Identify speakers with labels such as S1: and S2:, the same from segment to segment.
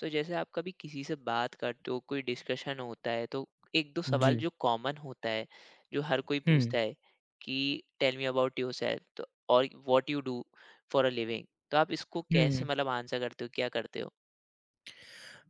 S1: तो जैसे आप कभी किसी से बात करते हो, कोई डिस्कशन होता है तो एक दो सवाल
S2: जी।
S1: जो कॉमन होता है, जो हर कोई
S2: हुँ।
S1: पूछता है कि tell me about yourself, तो और what you do for a living. तो आप इसको कैसे
S2: हुँ।
S1: आंसर करते हो, क्या करते हो?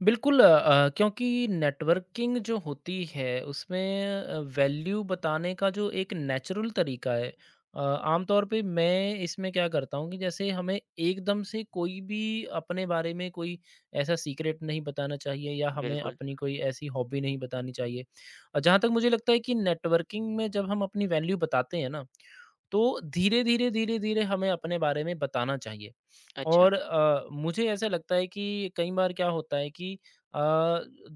S2: बिल्कुल, क्योंकि नेटवर्किंग जो होती है उसमें वैल्यू बताने का जो एक नेचुरल तरीका है, आमतौर पे मैं इसमें क्या करता हूँ कि जैसे हमें एकदम से कोई भी अपने बारे में कोई ऐसा सीक्रेट नहीं बताना चाहिए या हमें
S1: बिल्कुल।
S2: अपनी कोई ऐसी हॉबी नहीं बतानी चाहिए। जहाँ तक मुझे लगता है कि नेटवर्किंग में जब हम अपनी वैल्यू बताते हैं ना, तो धीरे-धीरे, धीरे-धीरे हमें अपने बारे में बताना चाहिए।
S1: अच्छा।
S2: और मुझे ऐसा लगता है कि कई बार क्या होता है कि अ,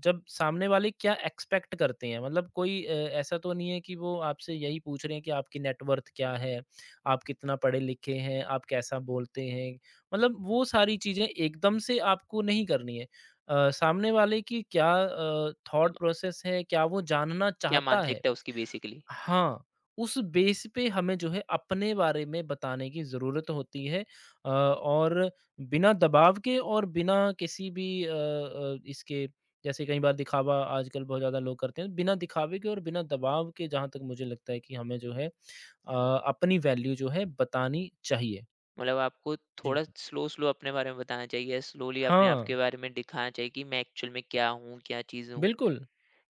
S2: जब सामने वाले क्या एक्सपेक्ट करते हैं, मतलब कोई ऐसा तो नहीं है कि वो आपसे यही पूछ रहे हैं कि आपकी नेटवर्थ क्या है, आप कितना पढ़े लिखे हैं, आप कैसा बोलते हैं, मतलब वो सारी चीज़ें एकदम से आपको नहीं करनी है। सामने वाले की क्या
S1: म-
S2: थॉट प्रोसेस है, क्या वो जानना
S1: क्या
S2: चाहता है?
S1: मानसिकता है उसकी, बेसिकली?
S2: हाँ, उस बेस पे हमें जो है अपने बारे में बताने की ज़रूरत होती है, और बिना दबाव के और बिना किसी भी इसके, जैसे कई बार दिखावा आजकल बहुत ज़्यादा लोग करते हैं, बिना दिखावे के और बिना दबाव के जहाँ तक मुझे लगता है कि हमें जो है अ, अपनी वैल्यू जो है बतानी चाहिए।
S1: आपको
S2: जी।
S1: थोड़ा स्लो स्लो अपने बारे में बताना चाहिए, स्लोली अपने
S2: हाँ,
S1: आपके बारे में दिखाना चाहिए कि मैं एक्चुअल में क्या हूँ, क्या चीज़ हूँ।
S2: बिल्कुल।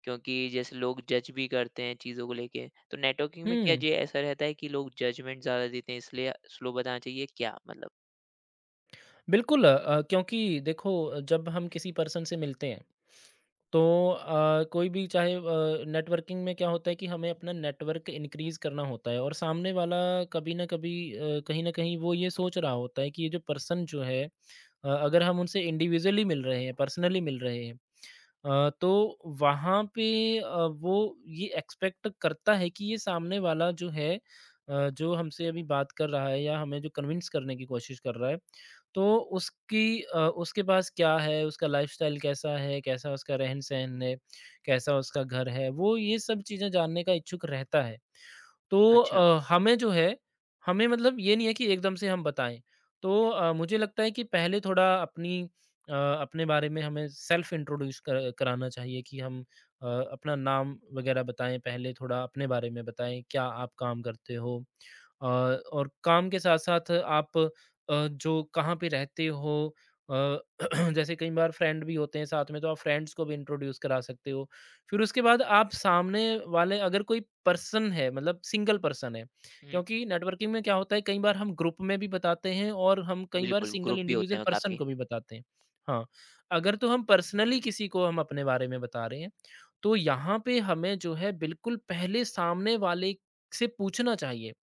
S1: क्योंकि जैसे लोग जज भी करते हैं चीज़ों को लेके, तो नेटवर्किंग में क्या
S2: हुँ।
S1: ये ऐसा रहता है कि लोग जजमेंट ज़्यादा देते हैं, इसलिए स्लो बताना चाहिए क्या, मतलब?
S2: बिल्कुल, क्योंकि देखो, जब हम किसी पर्सन से मिलते हैं तो कोई भी चाहे, नेटवर्किंग में क्या होता है कि हमें अपना नेटवर्क इंक्रीज करना होता है और सामने वाला कभी ना कभी, कहीं ना कहीं वो ये सोच रहा होता है कि ये जो पर्सन जो है, अगर हम उनसे इंडिविजुअली मिल रहे हैं, पर्सनली मिल रहे हैं, तो वहाँ पे वो ये एक्सपेक्ट करता है कि ये सामने वाला जो है, जो हमसे अभी बात कर रहा है या हमें जो कन्विंस करने की कोशिश कर रहा है, तो उसकी उसके पास क्या है, उसका लाइफ़स्टाइल कैसा है, कैसा उसका रहन-सहन है, कैसा उसका घर है, वो ये सब चीज़ें जानने का इच्छुक रहता है। तो
S1: अच्छा।
S2: हमें जो है, हमें मतलब ये नहीं है कि एकदम से हम बताएँ। तो मुझे लगता है कि पहले थोड़ा अपनी अ, अपने बारे में हमें सेल्फ इंट्रोड्यूस कर कराना चाहिए कि हम अ, अपना नाम वग़ैरह बताएँ पहले, थोड़ा अपने बारे में बताएँ, क्या आप काम करते हो? अ, और काम के साथ-साथ आप जो कहाँ पे रहते हो, अ, जैसे कई बार फ्रेंड भी होते हैं साथ में, तो आप फ्रेंड्स को भी इंट्रोड्यूस करा सकते हो। फिर उसके बाद आप सामने वाले, अगर कोई पर्सन है, मतलब सिंगल पर्सन है,
S1: हुँ,
S2: क्योंकि नेटवर्किंग में क्या होता है, कई बार हम ग्रुप में भी बताते हैं और हम कई बार
S1: बिल्कुल
S2: सिंगल
S1: ग्रुप भी होते
S2: इंडिविजुअल
S1: हैं
S2: पर्सन
S1: काफ़ी।
S2: को भी बताते हैं। हाँ, अगर तो हम पर्सनली किसी को हम अपने बारे में बता रहे हैं, तो यहाँ पे हमें जो है बिल्कुल पहले सामने वाले से पूछना चाहिए।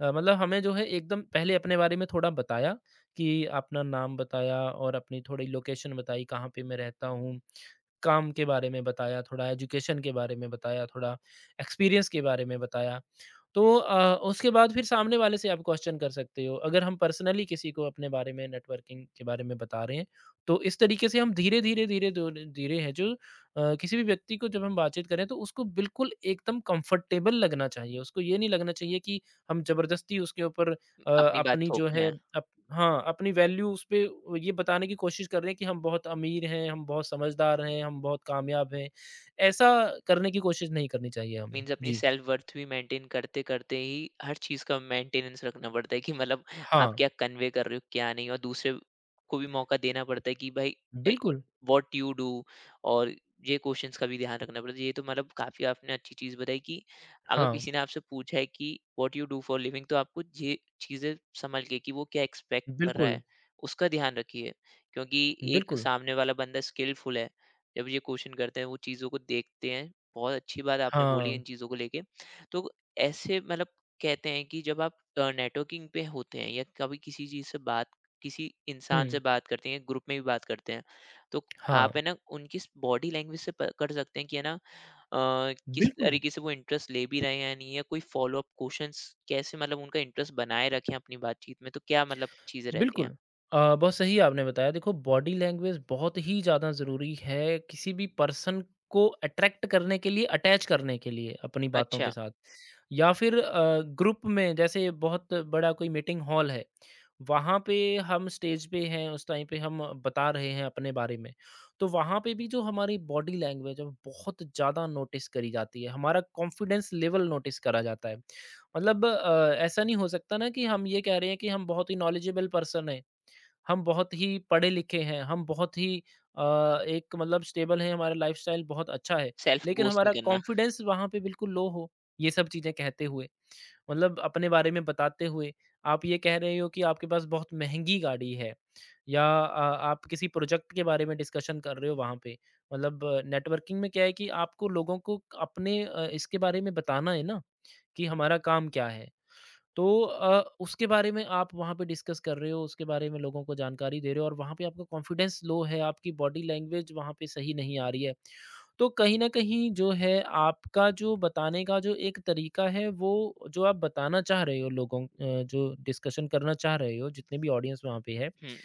S2: मतलब हमें जो है एकदम पहले अपने बारे में थोड़ा बताया कि अपना नाम बताया और अपनी थोड़ी लोकेशन बताई कहाँ पे मैं रहता हूँ। काम के बारे में बताया, थोड़ा एजुकेशन के बारे में बताया, थोड़ा एक्सपीरियंस के बारे में बताया। तो उसके बाद फिर सामने वाले से आप क्वेश्चन कर सकते हो। अगर हम पर्सनली किसी को अपने बारे में नेटवर्किंग के बारे में बता रहे हैं, तो इस तरीके से हम धीरे-धीरे, धीरे दो धीरे धीरे है जो किसी भी व्यक्ति को जब हम बातचीत करें तो उसको बिल्कुल एकदम कंफर्टेबल लगना चाहिए। उसको ये नहीं लगना चाहिए कि हम ज़बरदस्ती उसके ऊपर
S1: अपनी बात
S2: अपनी जो
S1: थोप रहे
S2: है
S1: हैं।
S2: अप हाँ, अपनी वैल्यू उसपे ये बताने की कोशिश कर रहे हैं कि हम बहुत अमीर हैं, हम बहुत समझदार हैं, हम बहुत कामयाब हैं। ऐसा करने की कोशिश नहीं करनी चाहिए हमें।
S1: मीन्स अपनी
S2: जी।
S1: सेल्फ वर्थ भी मेंटेन करते करते ही हर चीज़ का मेंटेनेंस रखना पड़ता है कि मतलब आप
S2: हाँ,
S1: क्या कन्वे कर रहे हो क्या नहीं, और दूसरे को भी मौका देना पड़ता है कि भाई
S2: बिल्कुल।
S1: व्हाट यू डू, और ये क्वेश्चंस का भी ध्यान रखना पड़ता है। ये तो मतलब काफ़ी आपने अच्छी चीज़ बताई कि अगर
S2: हाँ,
S1: किसी ने आपसे पूछा है कि what you do for living, तो आपको ये चीज़ें संभल के कि वो क्या एक्सपेक्ट कर रहा है,
S2: बिल्कुल,
S1: उसका ध्यान रखिए। क्योंकि एक
S2: बिल्कुल।
S1: सामने वाला बंदा स्किलफुल है, जब ये क्वेश्चन करते हैं वो चीज़ों को देखते हैं। बहुत अच्छी बात आपने बोली
S2: हाँ।
S1: इन चीज़ों को लेके। तो ऐसे मतलब कहते हैं कि जब आप नेटवर्किंग पे होते हैं या कभी किसी इंसान से
S2: हुँ।
S1: बात करते हैं, ग्रुप में भी बात करते हैं, तो
S2: हाँ,
S1: आप है ना उनकी स बॉडी लैंग्वेज से पकड़ सकते हैं कि है ना किस
S2: बिल्कुल।
S1: तरीके से वो इंटरेस्ट ले भी रहे हैं या नहीं, या कोई फ़ॉलो अप क्वेश्चन्स कैसे मतलब उनका इंटरेस्ट बनाए रखें अपनी बातचीत में, तो क्या मतलब चीज़ें रहती हैं?
S2: बिल्कुल। बहुत सही आपने बताया। देखो, बॉडी लैंग्वेज बहुत ही ज़्यादा ज़रूरी है किसी भी पर्सन को अट्रैक्ट करने के लिए, अटैच करने के लिए अपनी बातों के
S1: अच्छा,
S2: साथ। या फिर ग्रुप में, जैसे बहुत बड़ा कोई मीटिंग हॉल है, वहाँ पे हम स्टेज पे हैं, उस टाइम पे हम बता रहे हैं अपने बारे में। तो वहाँ पे भी जो हमारी बॉडी लैंग्वेज है वो बहुत ज़्यादा नोटिस करी जाती है, हमारा कॉन्फिडेंस लेवल नोटिस करा जाता है। मतलब ऐसा नहीं हो सकता ना कि हम ये कह रहे हैं कि हम बहुत ही नॉलेजेबल पर्सन हैं, हम बहुत ही पढ़े-लिखे हैं, हम बहुत ही अ, एक मतलब स्टेबल हैं, हमारा लाइफ़स्टाइल बहुत अच्छा है,
S1: सेल्फ
S2: लेकिन
S1: बोस्ट नहीं
S2: हमारा
S1: करना।
S2: कॉन्फिडेंस वहाँ पे बिल्कुल लो हो, ये सब चीज़ें कहते हुए। मतलब अपने बारे में बताते हुए आप ये कह रहे हो कि आपके पास बहुत महँगी गाड़ी है, या आप किसी प्रोजेक्ट के बारे में डिस्कशन कर रहे हो वहाँ पे। मतलब नेटवर्किंग में क्या है कि आपको लोगों को अपने इसके बारे में बताना है ना कि हमारा काम क्या है? तो उसके बारे में आप वहाँ पे डिस्कस कर रहे हो, उसके बारे में लोगों को जानकारी दे रहे हो और वहाँ पे आपका कॉन्फिडेंस लो है, आपकी बॉडी लैंग्वेज वहाँ पे सही नहीं आ रही है। तो कहीं न कहीं जो है आपका जो बताने का जो एक तरीका है, वो जो आप बताना चाह रहे हो लोगों, जो डिस्कशन करना चाह रहे हो, जितने भी ऑडियंस वहाँ पे है,
S1: हुँ,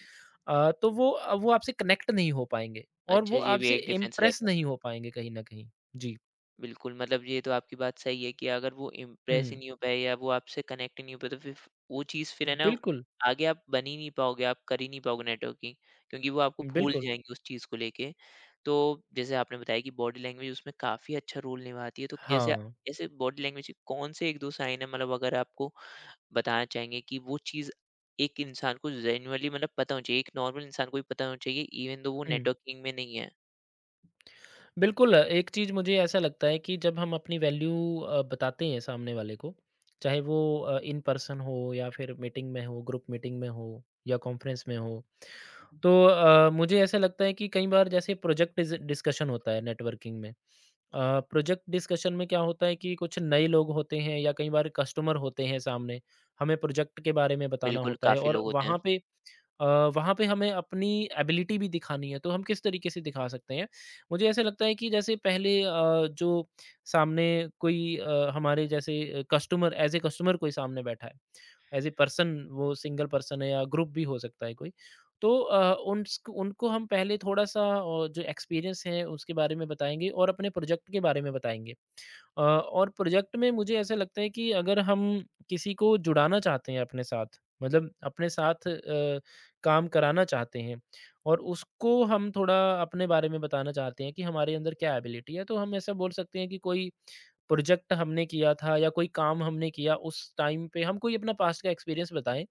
S2: तो वो आपसे कनेक्ट नहीं हो पाएँगे और
S1: अच्छा
S2: वो
S1: ये भी
S2: आपसे
S1: एक डिफरेंस
S2: इम्प्रेस
S1: रहेगा।
S2: नहीं हो पाएँगे कहीं न कहीं। जी।
S1: बिल्कुल, मतलब ये तो आपकी बात सही है कि अगर वो इम्प्रेस ही
S2: हुँ।
S1: नहीं हो पाए या वो आपसे कनेक्ट ही नहीं हो पाए, तो फिर वो चीज़ फिर है ना,
S2: बिल्कुल,
S1: आगे आप बन ही नहीं पाओगे, आप कर ही नहीं पाओगे नेटवर्किंग, क्योंकि वो आपको भूल
S2: बिल्कुल।
S1: जाएँगे उस चीज़ को लेके। तो जैसे आपने बताया कि बॉडी लैंग्वेज उसमें काफ़ी अच्छा रोल निभाती है, तो जैसे
S2: हाँ।
S1: ऐसे बॉडी लैंग्वेज के कौन से 1, 2 साइन है, मतलब अगर आपको बताना चाहेंगे कि वो चीज़ एक इंसान को जेनुइनली मतलब पता होना चाहिए, एक नॉर्मल इंसान को भी पता होना चाहिए इवन दो वो
S2: हुँ।
S1: नेटवर्किंग में नहीं है?
S2: बिल्कुल, एक चीज़ मुझे ऐसा लगता है कि जब हम अपनी वैल्यू बताते हैं सामने वाले को, चाहे वो इन पर्सन हो या फिर मीटिंग में हो, ग्रुप मीटिंग में हो या कॉन्फ्रेंस में हो, तो मुझे ऐसा लगता है कि कई बार जैसे प्रोजेक्ट डिस्कशन होता है नेटवर्किंग में। प्रोजेक्ट डिस्कशन में क्या होता है कि कुछ नए लोग होते हैं या कई बार कस्टमर होते हैं सामने, हमें प्रोजेक्ट के बारे में बताना
S1: बिल्कुल,
S2: होता है
S1: काफ़ी
S2: और
S1: लोग होते हैं।
S2: वहाँ पे अ, हमें अपनी एबिलिटी भी दिखानी है, तो हम किस तरीके से दिखा सकते हैं? मुझे ऐसा लगता है कि जैसे पहले जो सामने कोई हमारे जैसे कस्टमर, एज़ ए कस्टमर कोई सामने बैठा है, एज़ ए पर्सन, वो सिंगल पर्सन है या ग्रुप भी हो सकता है कोई, तो अ, उन्स्क उनको हम पहले थोड़ा-सा जो एक्सपीरियंस है उसके बारे में बताएँगे और अपने प्रोजेक्ट के बारे में बताएँगे। और प्रोजेक्ट में मुझे ऐसा लगता है कि अगर हम किसी को जुड़ाना चाहते हैं अपने साथ, मतलब अपने साथ काम कराना चाहते हैं और उसको हम थोड़ा अपने बारे में बताना चाहते हैं कि हमारे अंदर क्या एबिलिटी है, तो हम ऐसा बोल सकते हैं कि कोई प्रोजेक्ट हमने किया था या कोई काम हमने किया, उस टाइम पे हम कोई अपना पास्ट का एक्सपीरियंस बताएं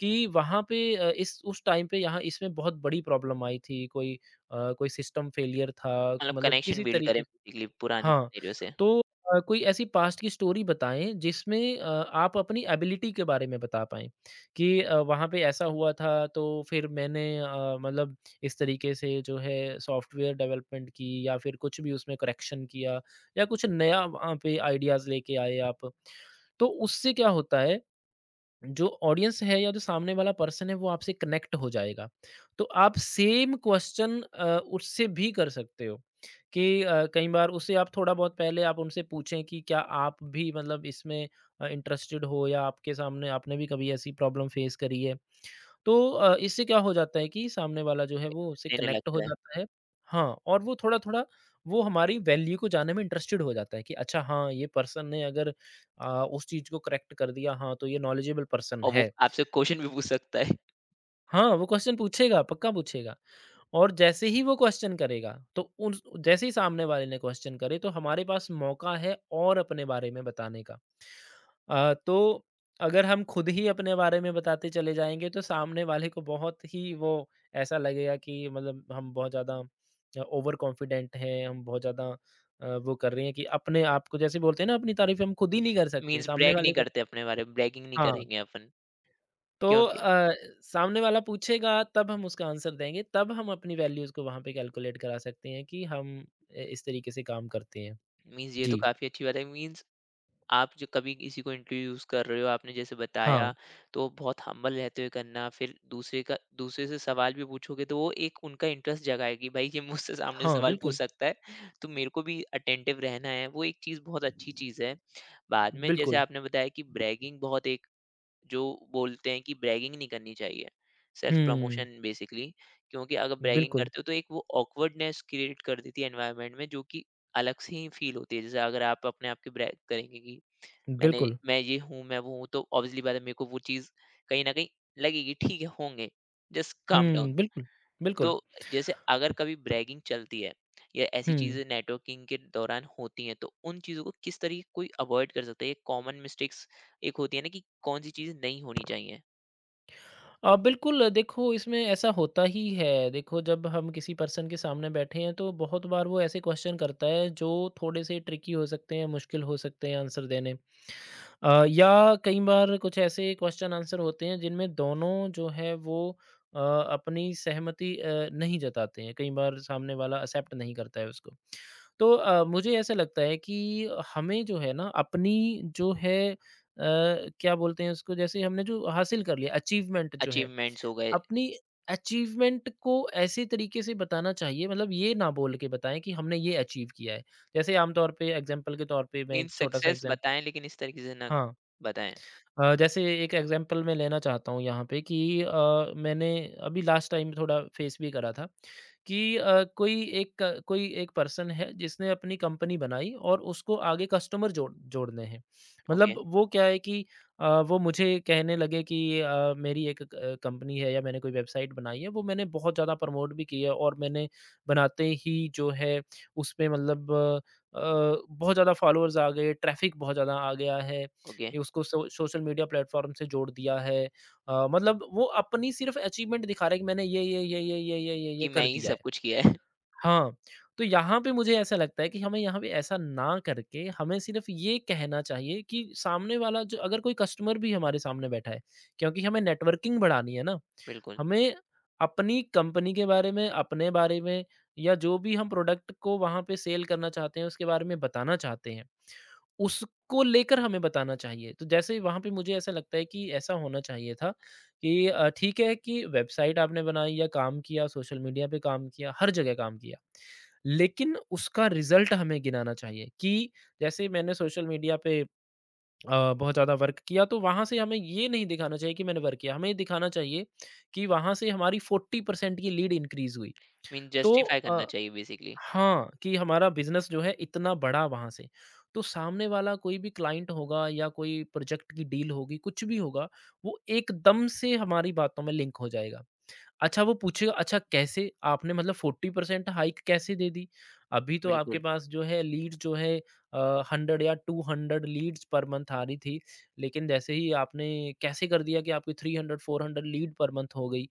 S2: कि वहाँ पे अ, इस उस टाइम पे यहाँ इसमें बहुत बड़ी प्रॉब्लम आई थी कोई, कोई सिस्टम फेलियर था,
S1: मतलब
S2: मतलब
S1: कनेक्शन
S2: किसी
S1: बिल्ड करें
S2: तरीके,
S1: बेसिकली पुरानी
S2: हाँ,
S1: सिनेरियो से,
S2: तो कोई ऐसी पास्ट की स्टोरी बताएँ जिसमें आप अपनी एबिलिटी के बारे में बता पाएँ कि वहाँ पे ऐसा हुआ था, तो फिर मैंने मतलब इस तरीके से जो है सॉफ्टवेयर डेवलपमेंट की या फिर कुछ भी उसमें करेक्शन किया या कुछ नया वहाँ पे आइडियाज़ लेके आए आप। तो उससे क्या होता है, जो ऑडियंस है या जो सामने वाला पर्सन है वो आपसे कनेक्ट हो जाएगा। तो आप सेम क्वेश्चन उससे भी कर सकते हो कि कई बार उससे आप थोड़ा बहुत पहले आप उनसे पूछें कि क्या आप भी मतलब इसमें इंटरेस्टेड हो या आपके सामने आपने भी कभी ऐसी प्रॉब्लम फेस करी है? इससे क्या हो जाता है कि सामने वाला जो है वो उससे
S1: लेने
S2: कनेक्ट हो
S1: लगता है
S2: जाता है। हाँ, और वो थोड़ा-थोड़ा वो हमारी वैल्यू को जानने में इंटरेस्टेड हो जाता है कि अच्छा हाँ, ये पर्सन ने अगर उस चीज़ को करेक्ट कर दिया हाँ, तो ये नॉलेजेबल पर्सन
S1: और वो
S2: है।
S1: आपसे क्वेश्चन भी पूछ सकता है।
S2: हाँ, वो क्वेश्चन पूछेगा, पक्का पूछेगा और जैसे ही वो क्वेश्चन करेगा तो उन जैसे ही सामने वाले ने क्वेश्चन करे तो हमारे पास मौका है और अपने बारे में बताने का। अ, तो अगर हम खुद ही अपने बारे में बताते चले जाएँगे तो सामने वाले को बहुत ही वो ऐसा लगेगा कि मतलब हम बहुत ज़्यादा ओवर कॉन्फिडेंट हैं, हम बहुत ज़्यादा वो कर रहे हैं कि अपने आप को जैसे बोलते हैं ना अपनी तारीफ़ हम खुद ही नहीं कर सकते,
S1: मीन्स
S2: सामने
S1: ब्रैग नहीं
S2: वाले को
S1: करते अपने बारे में, ब्रैगिंग नहीं
S2: हाँ,
S1: करेंगे अपन
S2: तो
S1: क्योंकि
S2: अ, सामने वाला पूछेगा तब हम उसका आंसर देंगे, तब हम अपनी वैल्यूज़ को वहाँ पे कैलकुलेट करा सकते हैं कि हम ए इस तरीके से काम करते हैं।
S1: मीन्स ये तो
S2: जी।
S1: काफ़ी अच्छी बात है। मीन्स आप जो कभी किसी को इंट्रोड्यूस कर रहे हो, आपने जैसे बताया,
S2: हाँ,
S1: तो बहुत हम्बल रहते हुए करना, फिर दूसरे का दूसरे से सवाल भी पूछोगे तो वो एक उनका इंटरेस्ट जगाएगी, भाई ये मुझसे सामने से
S2: हाँ,
S1: सवाल पूछ
S2: बिल्कुल,
S1: सकता है, तो मेरे को भी अटेंटिव रहना है, वो एक चीज़ बहुत अच्छी चीज़ है। बाद में जैसे
S2: बिल्कुल।
S1: आपने बताया कि ब्रैगिंग बहुत एक जो बोलते हैं कि ब्रैगिंग नहीं करनी चाहिए, सेल्फ
S2: हुँ,
S1: प्रमोशन बेसिकली, क्योंकि अगर ब्रैगिंग
S2: बिल्कुल,
S1: करते हो तो एक वो ऑकवर्डनेस क्रिएट कर देती है एनवायरनमेंट में, जो कि अलग से ही फील होती है। जैसे अगर आप अपने आप की ब्रैग करेंगे कि मैंने
S2: बिल्कुल।
S1: मैं ये हूँ, मैं वो हूँ, तो ऑब्वियसली बात है मेरे को वो चीज़ कहीं ना कहीं लगेगी। ठीक है, होंगे, जस्ट काम डाउन।
S2: हुँ, बिल्कुल,
S1: तो
S2: बिल्कुल।
S1: जैसे अगर कभी ब्रैगिंग चलती है या ऐसी
S2: हुँ।
S1: चीज़ें नेटवर्किंग के दौरान होती हैं, तो उन चीज़ों को किस तरीके कोई अवॉइड कर सकता है, ये कॉमन मिस्टेक्स एक होती है ना कि कौन सी चीज़ नहीं होनी चाहिए?
S2: बिल्कुल देखो इसमें ऐसा होता ही है। देखो जब हम किसी पर्सन के सामने बैठे हैं तो बहुत बार वो ऐसे क्वेश्चन करता है जो थोड़े से ट्रिकी हो सकते हैं, मुश्किल हो सकते हैं आंसर देने। या कई बार कुछ ऐसे क्वेश्चन आंसर होते हैं जिनमें दोनों जो है वो अपनी सहमति नहीं जताते हैं। कई बार सामने वाला एक्सेप्ट नहीं करता है उसको। मुझे ऐसा लगता है कि हमें जो है ना अपनी जो है क्या बोलते हैं उसको जैसे हमने जो हासिल कर लिया अचीवमेंट जो है,
S1: अचीवमेंट्स हो गए।
S2: अपनी अचीवमेंट को ऐसे तरीके से बताना चाहिए मतलब ये ना बोल के बताएँ कि हमने ये अचीव किया है। जैसे आम तौर पे एग्ज़ाम्पल के तौर पे मैं एक
S1: मीन्स
S2: छोटा-सा
S1: सक्सेस
S2: एग्ज़ाम्प
S1: बताएं लेकिन इस तरीके से ना
S2: हाँ।
S1: बताएं।
S2: जैसे एक एग्जांपल मैं लेना चाहता हूँ यहाँ पे कि मैंने अभी लास्ट टाइम थोड़ा फेस भी करा था कि कोई एक पर्सन है जिसने अपनी कंपनी बनाई और उसको आगे कस्टमर जोड़ने हैं
S1: ओके।
S2: मतलब वो क्या है कि वो मुझे कहने लगे कि मेरी एक कंपनी है या मैंने कोई वेबसाइट बनाई है वो मैंने बहुत ज़्यादा प्रमोट भी की है और मैंने बनाते ही जो है उस पे मतलब बहुत ज़्यादा फॉलोअर्स आ गए ट्रैफिक बहुत ज़्यादा आ गया है
S1: ओके,
S2: कि उसको सोशल मीडिया प्लेटफ़ॉर्म से जोड़ दिया है। मतलब वो अपनी सिर्फ़ अचीवमेंट दिखा रहा है कि मैंने ये
S1: कि मैं
S2: कर
S1: ही
S2: दिया
S1: सब
S2: है।
S1: कुछ किया है।
S2: हाँ, तो यहाँ पे मुझे ऐसा लगता है कि हमें यहाँ पे ऐसा ना करके हमें सिर्फ़ ये कहना चाहिए कि सामने वाला जो अगर कोई कस्टमर भी हमारे सामने बैठा है, क्योंकि हमें नेटवर्किंग बढ़ानी है ना,
S1: बिल्कुल।
S2: हमें अपनी कंपनी के बारे में, अपने बारे में या जो भी हम प्रोडक्ट को वहाँ पे सेल करना चाहते हैं उसके बारे में बताना चाहते हैं। उसको लेकर हमें बताना चाहिए। तो जैसे वहाँ पे मुझे ऐसा लगता है कि ऐसा होना चाहिए था कि ठीक है कि वेबसाइट आपने बनाई या काम किया, सोशल मीडिया पे काम किया, हर जगह काम किया। लेकिन उसका रिज़ल्ट हमें गिनाना चाहिए कि जैसे मैंने सोशल मीडिया पे बहुत ज़्यादा वर्क किया तो वहाँ से हमें ये नहीं दिखाना चाहिए कि मैंने वर्क किया। हमें ये दिखाना चाहिए कि वहाँ से हमारी 40% की लीड इंक्रीज़ हुई।
S1: मीन
S2: तो
S1: जस्टिफाई
S2: अ
S1: करना चाहिए बेसिकली।
S2: हाँ, कि हमारा बिज़नेस जो है इतना बढ़ा वहाँ से। तो सामने वाला कोई भी क्लाइंट होगा या कोई प्रोजेक्ट की डील होगी, कुछ भी होगा, वो एकदम से हमारी बातों में लिंक हो जाएगा। अच्छा वो पूछेगा अच्छा कैसे आपने मतलब 40% हाइक कैसे दे दी? अभी तो आपके
S1: बिल्कुल।
S2: पास जो है लीड जो है 100 या 200 लीड्स पर मंथ आ रही थी। लेकिन जैसे ही आपने कैसे कर दिया कि आपकी 300-400 लीड पर मंथ हो गई?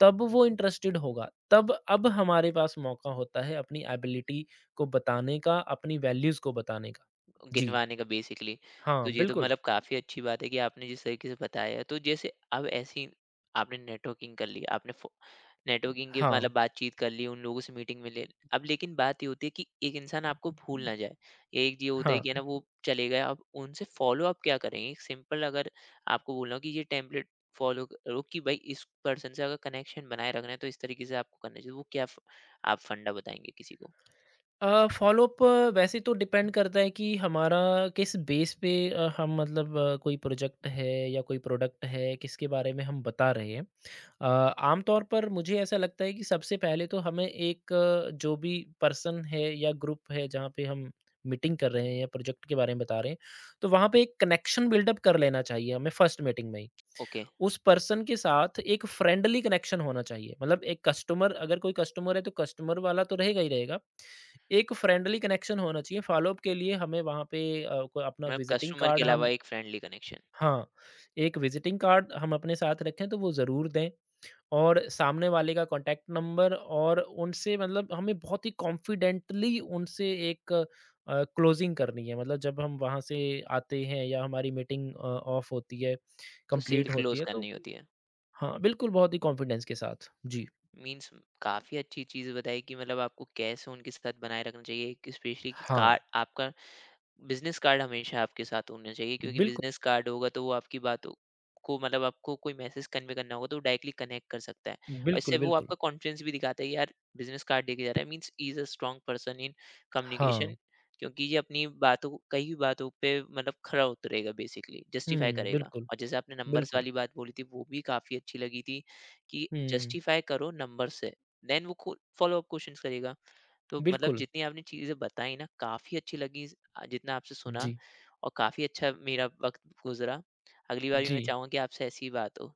S2: तब वो इंटरेस्टेड होगा। तब अब हमारे पास मौका होता है अपनी एबिलिटी को बताने का, अपनी वैल्यूज़ को बताने का। जी।
S1: गिनवाने का बेसिकली।
S2: हाँ,
S1: तो ये तो
S2: बिल्कुल।
S1: मतलब काफ़ी अच्छी बात है कि आपने जिस तरीके से बताया है। तो जैसे अब ऐसी आपने नेटवर्किंग कर ली, आपने फ़ो नेटवर्किंग के
S2: हाँ।
S1: मतलब बातचीत कर ली, उन लोगों से मीटिंग में ले, अब लेकिन बात ये होती है कि एक इंसान आपको भूल ना जाए। एक ये होता है
S2: हाँ।
S1: कि है ना वो चले गए, अब उनसे फ़ॉलो-अप क्या करेंगे? एक सिंपल अगर आपको बोलना हो कि ये टेम्पलेट फ़ॉलो करो कि भाई इस पर्सन से अगर कनेक्शन बनाए रखना है तो इस तरीके से आपको करना चाहिए। वो क्या फ आप फंडा बताएँगे किसी को?
S2: फ़ॉलोअप वैसे तो डिपेंड करता है कि हमारा किस बेस पे हम मतलब कोई प्रोजेक्ट है या कोई प्रोडक्ट है, किसके बारे में हम बता रहे हैं। आम तौर पर मुझे ऐसा लगता है कि सबसे पहले तो हमें एक जो भी पर्सन है या ग्रुप है जहाँ पे हम मीटिंग कर रहे हैं या प्रोजेक्ट के बारे में बता रहे हैं, तो वहाँ पे एक कनेक्शन बिल्डअप कर लेना चाहिए हमें फर्स्ट मीटिंग में ही।
S1: ओके,
S2: उस पर्सन के साथ एक फ्रेंडली कनेक्शन होना चाहिए मतलब एक कस्टमर अगर कोई कस्टमर है तो कस्टमर वाला तो रहेगा ही रहेगा एक फ्रेंडली कनेक्शन होना चाहिए फॉलोअप के लिए हमें वहाँ पे कोई अपना
S1: मतलब
S2: विजिटिंग
S1: कस्टमर के
S2: कार्ड
S1: अलावा
S2: हम
S1: एक फ्रेंडली कनेक्शन।
S2: हाँ एक विजिटिंग कार्ड हम अपने साथ रखें तो वो ज़रूर दें और सामने वाले का कॉन्टैक्ट नंबर और उनसे मतलब हमें बहुत ही कॉन्फिडेंटली उनसे एक क्लोजिंग करनी है मतलब जब हम वहाँ से आते हैं या हमारी मीटिंग ऑफ होती है
S1: तो सेल
S2: कंप्लीट होती
S1: क्लोज
S2: है तो
S1: करनी होती है।
S2: हाँ, बिल्कुल, बहुत ही कॉन्फिडेंस के साथ। जी।
S1: मीन्स काफ़ी अच्छी चीज़ बताई कि मतलब आपको कैसे उनके साथ बनाए रखना चाहिए एक, स्पेशली कि
S2: हाँ,
S1: कार आपका बिज़नेस कार्ड हमेशा आपके साथ होना चाहिए, क्योंकि
S2: बिल्कुल,
S1: बिज़नेस कार्ड होगा तो वो आपकी बातों को मतलब आपको कोई मैसेज कन्वे करना होगा तो डायरेक्टली कनेक्ट कर सकता है। और इससे
S2: बिल्कुल,
S1: वो
S2: बिल्कुल।
S1: आपका कॉन्फिडेंस भी दिखाता है कि यार बिज़नेस कार्ड लेके जा रहा है, means he is a strong person in communication,
S2: हाँ।
S1: क्योंकि ये अपनी बातों को कई भी बातों पे मतलब खरा उतरेगा, बेसिकली जस्टिफाई
S2: हुँ,
S1: करेगा।
S2: बिल्कुल,
S1: और जैसे आपने नंबर्स
S2: बिल्कुल।
S1: वाली बात बोली थी वो भी काफ़ी अच्छी लगी थी कि
S2: हुँ,
S1: जस्टिफाई करो नंबर से, देन वो फॉलो अप क्वेश्चंस करेगा। तो मतलब
S2: बिल्कुल।
S1: जितनी आपने चीज़ें बताई ना काफ़ी अच्छी लगी, जितना आपसे सुना,
S2: जी,
S1: और काफ़ी अच्छा मेरा वक्त गुजरा। अगली बार भी
S2: जी।
S1: मैं चाहूँगा कि आपसे ऐसी ही बात हो।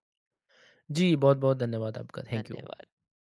S2: जी, बहुत-बहुत धन्यवाद आपका। Thank you.
S1: धन्यवाद।